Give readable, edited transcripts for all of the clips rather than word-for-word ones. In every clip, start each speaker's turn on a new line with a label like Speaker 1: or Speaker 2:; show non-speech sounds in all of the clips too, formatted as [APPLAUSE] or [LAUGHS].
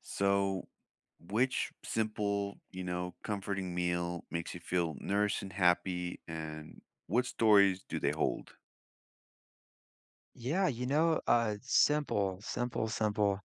Speaker 1: So, which simple, you know, comforting meal makes you feel nourished and happy, and what stories do they hold?
Speaker 2: Yeah, simple, simple, simple.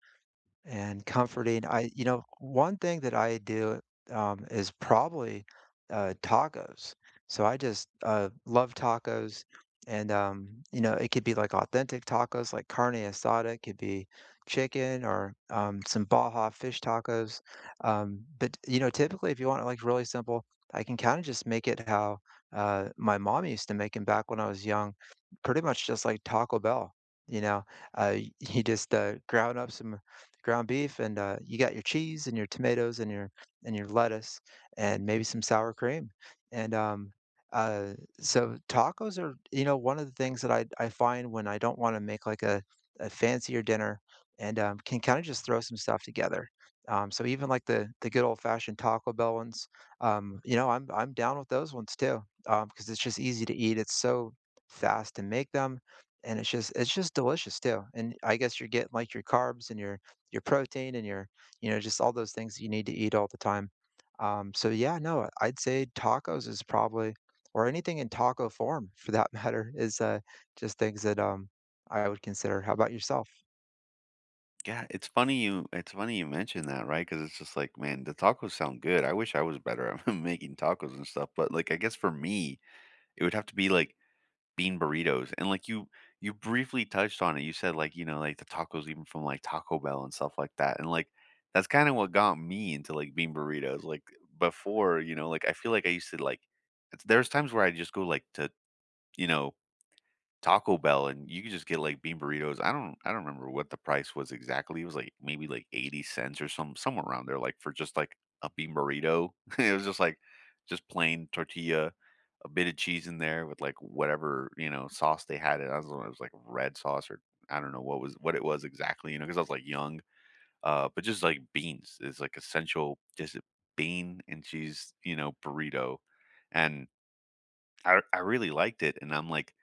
Speaker 2: And comforting, one thing that I do, is probably, tacos. So I just, love tacos, and, it could be, like, authentic tacos, like carne asada. It could be chicken or, some Baja fish tacos, but, typically, if you want it, like, really simple, I can kinda just make it how, my mom used to make them back when I was young, pretty much just like Taco Bell, you know? Uh, y- [LAUGHS] you just, ground up some ground beef, and you got your cheese and your tomatoes and your lettuce and maybe some sour cream, and uh so tacos are, one of the things that I find when I don't want to make like a fancier dinner, and can kind of just throw some stuff together. So even like the good old fashioned Taco Bell ones, I'm down with those ones too, because it's just easy to eat, it's so fast to make them, and it's just delicious too. And I guess you're getting like your carbs and your protein and your just all those things that you need to eat all the time. So yeah, no, I'd say tacos is probably, or anything in taco form for that [LAUGHS] matter, is, just things that, I would consider. How about yourself?
Speaker 1: Yeah, it's funny you mentioned that, right? Because it's just like, man, the tacos sound good. I wish I was better at [LAUGHS] making tacos and stuff, but like, I guess for me, it would have to be like bean burritos, and, like, you briefly touched on it, you said, like, you know, like, the tacos even from, like, Taco Bell and stuff like that, and, like, that's kinda what got me into, like, bean burritos, like, before, you know, like, I feel like I used to, like it's There's times where I just go, like, to you know Taco Bell, and you could just get, like, bean burritos. I don't remember what the price was exactly. It was, like, maybe, like, 80 cents or somewhere around there, like, for just, like, a bean burrito. [LAUGHS] It was just, like, just plain tortilla, a bit of cheese in there with, like, whatever, you know, sauce they had. It I was it was, like, red sauce or I don't know what was what it was exactly, you know, because I was, like, young. But just, like, beans is, like, essential, just a bean and cheese, you know, burrito. And I really liked it, and I'm like,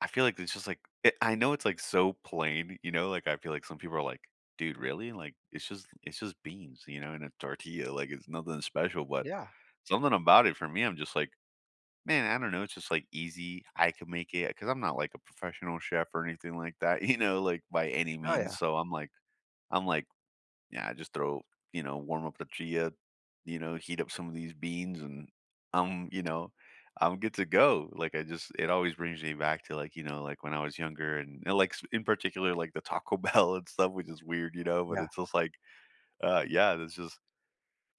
Speaker 1: I feel like it's just like it, I know it's like so plain, you know. Like I feel like some people are like, "Dude, really?" Like it's just beans, you know, and a tortilla. Like it's nothing special, but
Speaker 2: Yeah.
Speaker 1: something about it for me, I'm just like, man, I don't know. It's just like easy. I can make it because I'm not like a professional chef or anything like that, [LAUGHS] you know, like by any
Speaker 2: Oh
Speaker 1: means.
Speaker 2: yeah.
Speaker 1: So I'm like, yeah, I just throw, you know, warm up the tortilla, you know, heat up some of these beans and I'm, you know, I'm good to go. Like I just it always brings me back to like, you know, like when I was younger and, like in particular like the Taco [LAUGHS] Bell and stuff, which is weird, you know, but
Speaker 2: Yeah.
Speaker 1: it's just like yeah, that's just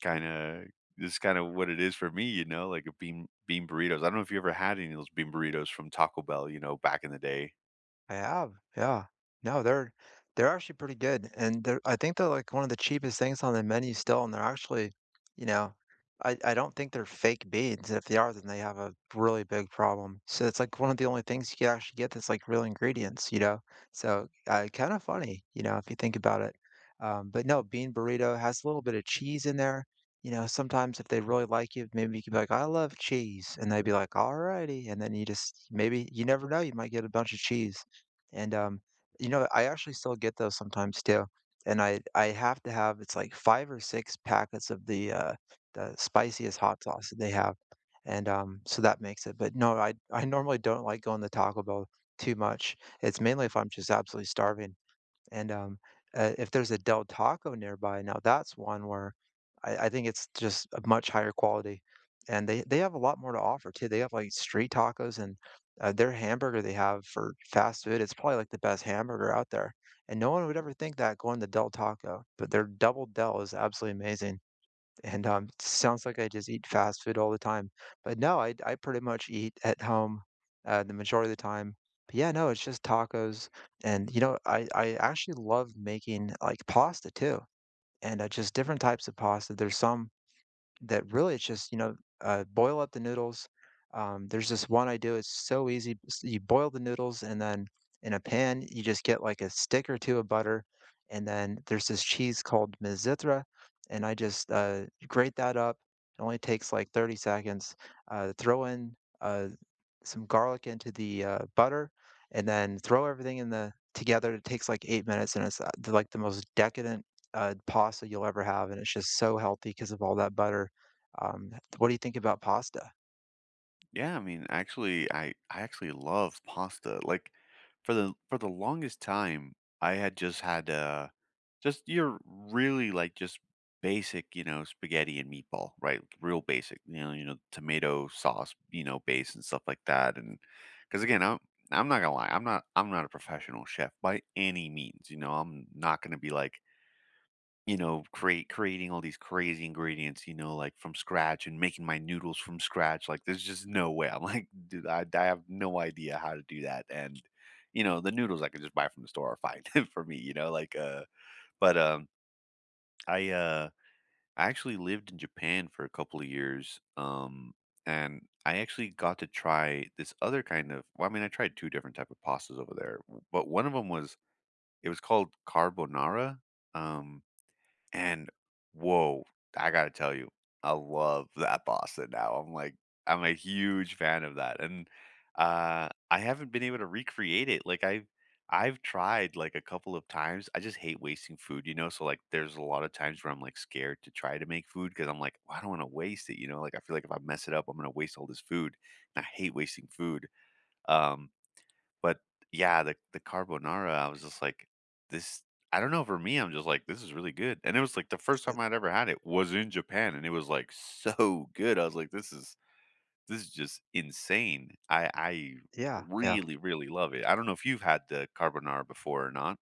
Speaker 1: kinda this is kind of what it is for me, you know, like a bean burritos. I don't know if you ever had any of those bean burritos from Taco Bell, you know, back in the day.
Speaker 2: I have, yeah. No, they're actually pretty good, and they're, I think, they're like one of the cheapest things on the menu still, and they're actually, you know, I don't think they're fake beans. If they are, then they have a really big problem. So it's like one of the only things you can actually get that's like real ingredients. So kind of funny, if you think about it. But no, bean burrito has a little bit of cheese in there. Sometimes if they really like you, maybe you could be like, "I love cheese." And they'd be like, "All righty." And then you just, maybe you never know, you might get a bunch of cheese. And I actually still get those sometimes too. And I have to have, it's like five or six packets of the spiciest hot sauce that they have. And so that makes it. But no, I normally don't like going to Taco Bell too much. It's mainly if I'm just absolutely starving. And if there's a Del Taco nearby, now that's one where I think it's just a much higher quality. And they have a lot more to offer too. They have like street tacos, and their hamburger they have for fast food, it's probably like the best hamburger out there. And no one would ever think that, going to Del Taco, but their Double Del is absolutely amazing. And, it sounds like I just eat fast food all the time, but no, I pretty much eat at home, the majority of the time. But yeah, no, it's just tacos. And, I actually love making, like, pasta too, and, just different types of pasta. There's some that really, it's just, boil up the noodles. There's this one I do, it's so easy. You boil the noodles, and then in a pan, you just get like a stick or two of butter. And then there's this cheese called Mizithra. And I just, grate that up. It only takes like 30 seconds. Throw in uh, some garlic into the butter, and then throw everything in the together. It takes like 8 minutes, and it's, like the most decadent, pasta you'll ever have. And it's just so healthy because of all that butter. What do you think about pasta?
Speaker 1: Yeah, I mean, actually, I actually love pasta. Like for the longest time, I had just you're really like just basic, you know, spaghetti and meatball, right? Like, real basic, you know, tomato sauce, you know, base and stuff like that. And because again, I'm not gonna lie, I'm not a professional chef by any means. You know, I'm not gonna be like you know, create creating all these crazy ingredients, you know, like from scratch and making my noodles from scratch. Like, there's just no way. I'm like, dude, I have no idea how to do that. And, you know, the noodles I could just buy from the store are fine [LAUGHS] for me, you know, like, but, I, uh, I actually lived in Japan for a couple of years. And I actually got to try this other kind of, well, I mean, I tried two different type of pastas over there, but one of them was, it was called carbonara. Um, and whoa, I gotta tell you, I love that Boston. Now, I'm like, I'm a huge fan of that. And I haven't been able to recreate it. Like I've tried like a couple of times. I just hate wasting food, you know. So like there's a lot of times where I'm like scared to try to make food because I'm like, well, I don't want to waste it, you know. Like I feel like if I mess it up, I'm gonna waste all this food. And I hate wasting food. Um but yeah, the carbonara, I was just like, "This." I don't know, for me, I'm just like, "This is really good," and it was, like, the first time I'd ever had it was in Japan, and it was, like, so good. I was like, this is just insane." I
Speaker 2: Yeah, yeah.
Speaker 1: really, really love it. I don't know if you've had the carbonara before or not.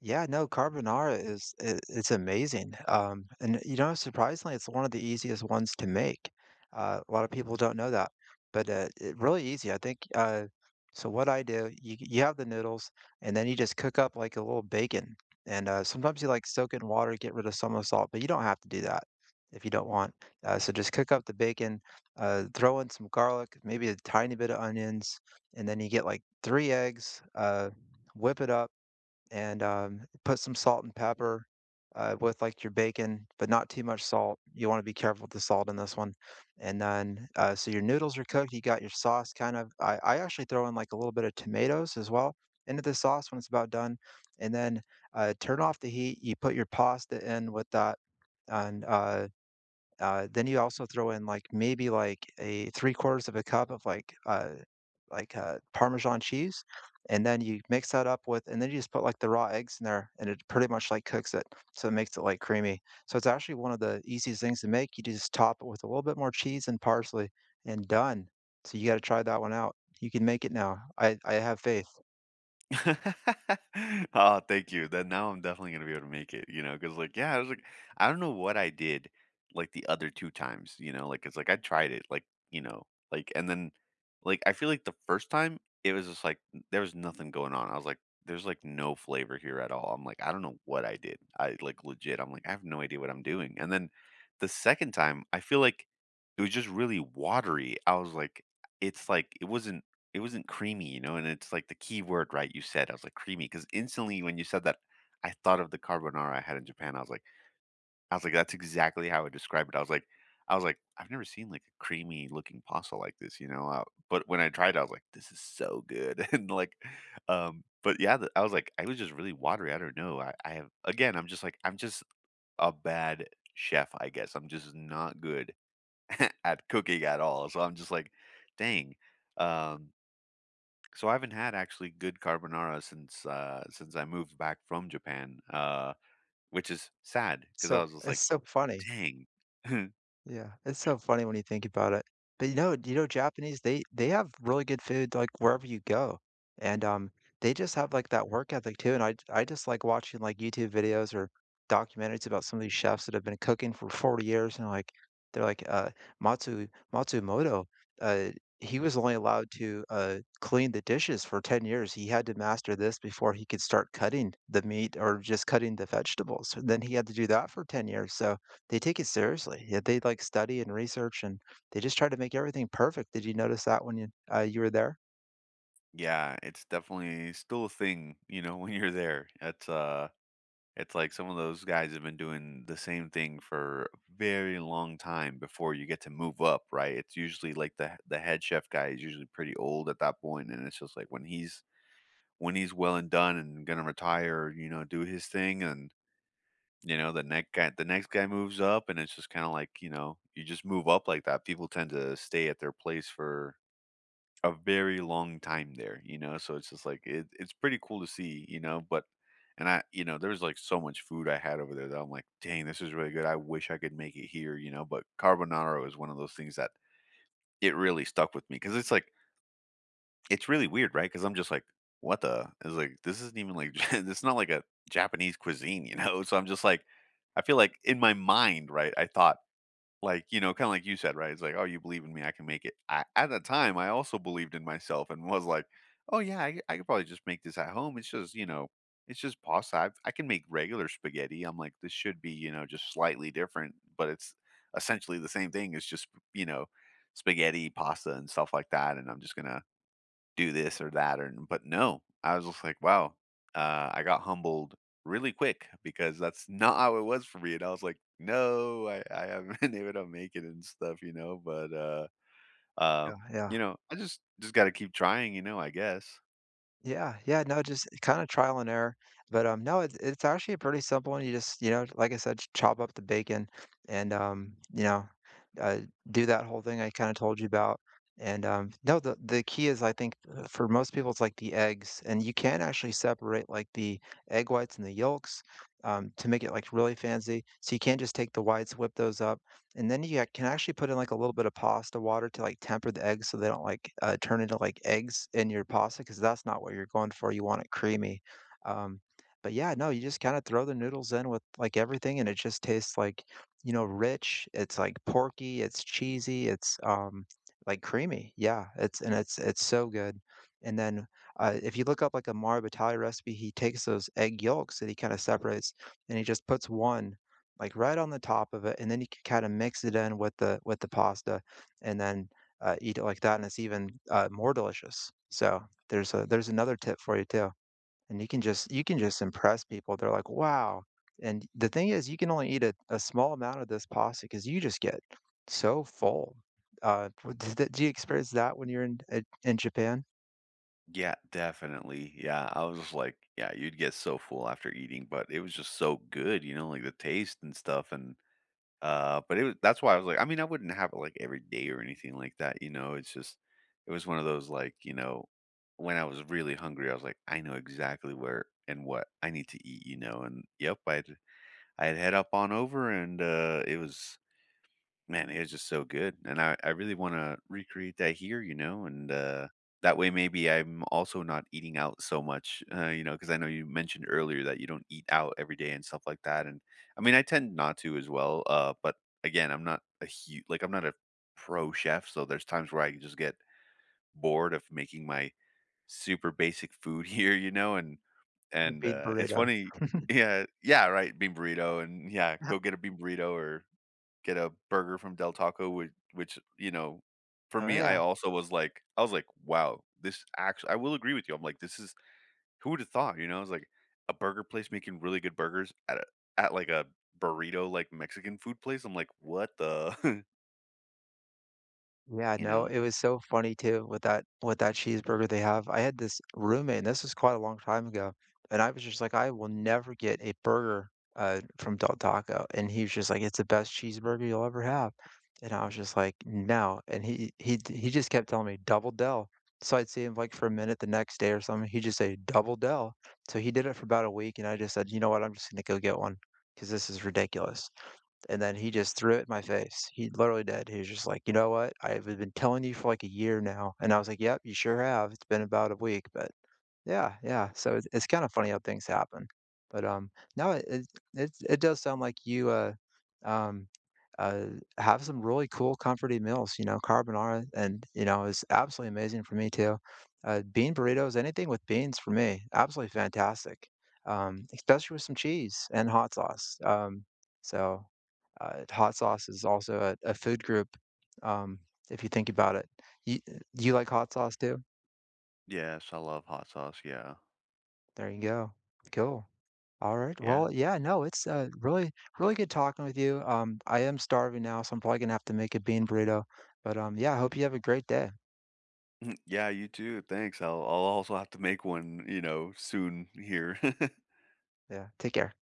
Speaker 2: Yeah, no, carbonara is I it's amazing. And, surprisingly, it's one of the easiest ones to make. A lot of people don't know that, but, it really easy, I think. So what I do, you have the noodles, and then you just cook up, like, a little bacon, and, sometimes you, like, soak it in water, get rid of some of the salt, but you don't have to do that if you don't want. So just cook up the bacon, throw in some garlic, maybe a tiny bit of onions, and then you get, like, 3 eggs, whip it up, and put some salt and pepper, with like your bacon, but not too much salt. You want to be careful with the salt in this one. And then, so your noodles are cooked. You got your sauce kind of. I actually throw in like a little bit of tomatoes as well into the sauce when it's about done. And then, turn off the heat. You put your pasta in with that, and then you also throw in like maybe like a three-quarters of a cup of like Parmesan cheese, and then you mix that up with. And then you just put like the raw eggs in there, and it pretty much like cooks it, so it makes it like creamy. So it's actually one of the easiest things to make. You just top it with a little bit more cheese and parsley, and done. So you got to try that one out. You can make it now. I have faith.
Speaker 1: [LAUGHS] Oh, thank you. Then now I'm definitely gonna be able to make it, you know. Because like, yeah, I was like I don't know what I did, like, the other 2 times, you know, like, it's like I tried it, like, you know, like, and then, like, I feel like the first time, it was just like, there was nothing going on. I was like, "There's, like, no flavor here at all." I'm like, "I don't know what I did." I like, legit, I'm like, "I have no idea what I'm doing." And then the second time, I feel like it was just really watery. I was like, it's like it wasn't creamy, you know, and it's like the key word, right, you said, I was like, creamy because instantly when you said that, I thought of the carbonara I had in Japan, I was like, "That's exactly how I would describe it." I was like, "I've never seen, like, a creamy looking pasta like this," you know, but when I tried it, I was like, "This is so good." [LAUGHS] And, like, but yeah, the I was like, "I was just really watery, I don't know." I have again, I'm just a bad chef, I guess, I'm just not good [LAUGHS] at cooking at all, so I'm just like, "Dang." Um so I haven't had actually good carbonara since I moved back from Japan, which is sad because I
Speaker 2: So
Speaker 1: was just
Speaker 2: it's
Speaker 1: like,
Speaker 2: so funny.
Speaker 1: dang. [LAUGHS]
Speaker 2: Yeah, it's so funny when you think about it. But Japanese, they have really good food like wherever you go. And they just have like that work ethic too. And I just like watching like YouTube videos or documentaries about some of these chefs that have been cooking for 40 years, and like they're like, Matsu Matsumoto, uh he was only allowed to, clean the dishes for 10 years. He had to master this before he could start cutting the meat or just cutting the vegetables. And then he had to do that for 10 years. So they take it seriously. Yeah, they, like, study and research, and they just try to make everything perfect. Did you notice that when you were there?
Speaker 1: Yeah, it's definitely still a thing, you know, [LAUGHS] when you're there. It's like some of those guys have been doing the same thing for a very long time before you get to move up, right? It's usually like the head chef guy is usually pretty old at that point and it's just like when he's well and done and gonna retire, you know, do his thing and you know, the next guy moves up, and it's just kinda like, you know, you just move up like that. People tend to stay at their place for a very long time there, you know, so it's just like it's pretty cool to see, you know, but and I you know, there was, like, so much food I had over there that I'm like, "Dang, this is really good. I wish I could make it here," you know, but carbonara is one of those things that it really stuck with me because it's like it's really weird, right? Because 'Cause I'm just like, "What the." It's like, this isn't even like [LAUGHS] it's not like a Japanese cuisine, you know? [LAUGHS] So I'm just like I feel like in my mind, right, I thought, like, you know, kinda like you said, right? It's like, "Oh, you believe in me, I can make it." I at the time, I also believed in myself and was like, "Oh, yeah, I could probably just make this at home. It's just, you know, it's just pasta. I've I can make regular spaghetti." I'm like, "This should be, you know, just slightly different, but it's essentially the same thing. It's just, you know, spaghetti, pasta, and stuff like that, and I'm just gonna do this or that or but no, I was just like, wow, I got humbled really quick because that's not how it was for me. And I was like, no, I haven't [LAUGHS] been able to make it and stuff, you know, but, uh,
Speaker 2: Yeah, yeah.
Speaker 1: you know, just got to keep trying, you know, I guess.
Speaker 2: Yeah, yeah, no, just kinda trial and error. But, no, it's actually pretty simple, and you just, like I said, chop up the bacon, and, uh, do that whole thing I kinda told you about. And, no, the key is, I think, for most people, it's, like, the eggs. And you can actually separate, like, the egg whites and the yolks, to make it, like, really fancy, so you can't just take the whites, whip those up. And then you can actually put in, like, a little bit of pasta water to, like, temper the eggs so they don't, like, turn into, like, eggs in your pasta, because that's not what you're going for, you want it creamy. Um, but yeah, no, you just kinda throw the noodles in with, like, everything, and it just tastes, like, rich, it's, like, porky, it's cheesy, it's, like, creamy. Yeah, it's and it's it's so good. And then, if you look up, like, a Mario Batali recipe, he takes those egg yolks that he kinda separates, and he just puts 1 like right on the top of it, and then you can kind of mix it in with the pasta, and then, eat it like that, and it's even, more delicious. So there's another tip for you too. And you can just impress people. They're like, wow. And the thing is, you can only eat a small amount of this pasta because you just get so full. Do you experience that when you're in Japan?
Speaker 1: Yeah, definitely. Yeah, I was just like, yeah, you'd get so full after eating, but it was just so good, you know, like the taste and stuff. And but it was that's why I was like I mean, I wouldn't have it, like, every day or anything like that, you know? It's just it was one of those, like, you know, when I was really hungry, I was like, "I know exactly where and what I need to eat," you know? And, yep, I had head up on over, and, it was man, it was just so good, and I really wanna recreate that here, you know, and, that way maybe I'm also not eating out so much, you know because I know you mentioned earlier that you don't eat out every day and stuff like that, and, I mean, I tend not to as well, but, again, I'm not a huge like, I'm not a pro chef, so there's times where I just get bored of making my super basic food [LAUGHS] here, you know,
Speaker 2: The
Speaker 1: and,
Speaker 2: bean
Speaker 1: it's
Speaker 2: burrito.
Speaker 1: funny. Yeah, yeah, right, bean burrito and yeah, go get
Speaker 2: [LAUGHS]
Speaker 1: a bean burrito or get a burger from Del Taco, which you know, for
Speaker 2: Oh
Speaker 1: me, I
Speaker 2: yeah.
Speaker 1: also was like I was like, "Wow, this actually." I will agree with you. I'm like, "This is who would've thought?" You know, I was like, "A burger place making really good burgers at a at like a burrito, like, Mexican food place?" I'm like, "What the."
Speaker 2: Yeah,
Speaker 1: [LAUGHS] You
Speaker 2: no,
Speaker 1: know?
Speaker 2: it was so funny too with that cheeseburger they have. I had this roommate, and this was quite a long time ago, and I was just like, I will never get a burger, from Del Taco. And he was just like, it's the best cheeseburger you'll ever have. And I was just like, no. And he just kept telling me, "Double Del." So I'd see him like for a minute the next day or something. He'd just say, "Double Del." So he did it for about a week, and I just said, you know what, I'm just gonna go get one because this is ridiculous. And then he just threw it in my face. He literally did. He was just like, "You know what? I've been telling you for like a year now." And I was like, "Yep, you sure have. It's been about a week, but yeah, yeah." So it's kind of funny how things happen. But no, it does sound like you, um uh have some really cool comforting meals. Carbonara, and is absolutely amazing for me too. Bean burritos, anything with beans for me, absolutely fantastic. Especially with some cheese and hot sauce. So hot sauce is also a food group, um, if you think about it. You you like hot sauce too?
Speaker 1: Yes, I love hot sauce, yeah.
Speaker 2: There you go. Cool. All right.
Speaker 1: Yeah?
Speaker 2: Well, yeah, no, it's, really, really good talking with you. I am starving now, so I'm probably gonna have to make a bean burrito. But yeah, I hope you have a great day.
Speaker 1: [LAUGHS] Yeah, you too, thanks. I'll also have to make one, you know, soon here. [LAUGHS]
Speaker 2: Yeah, take care.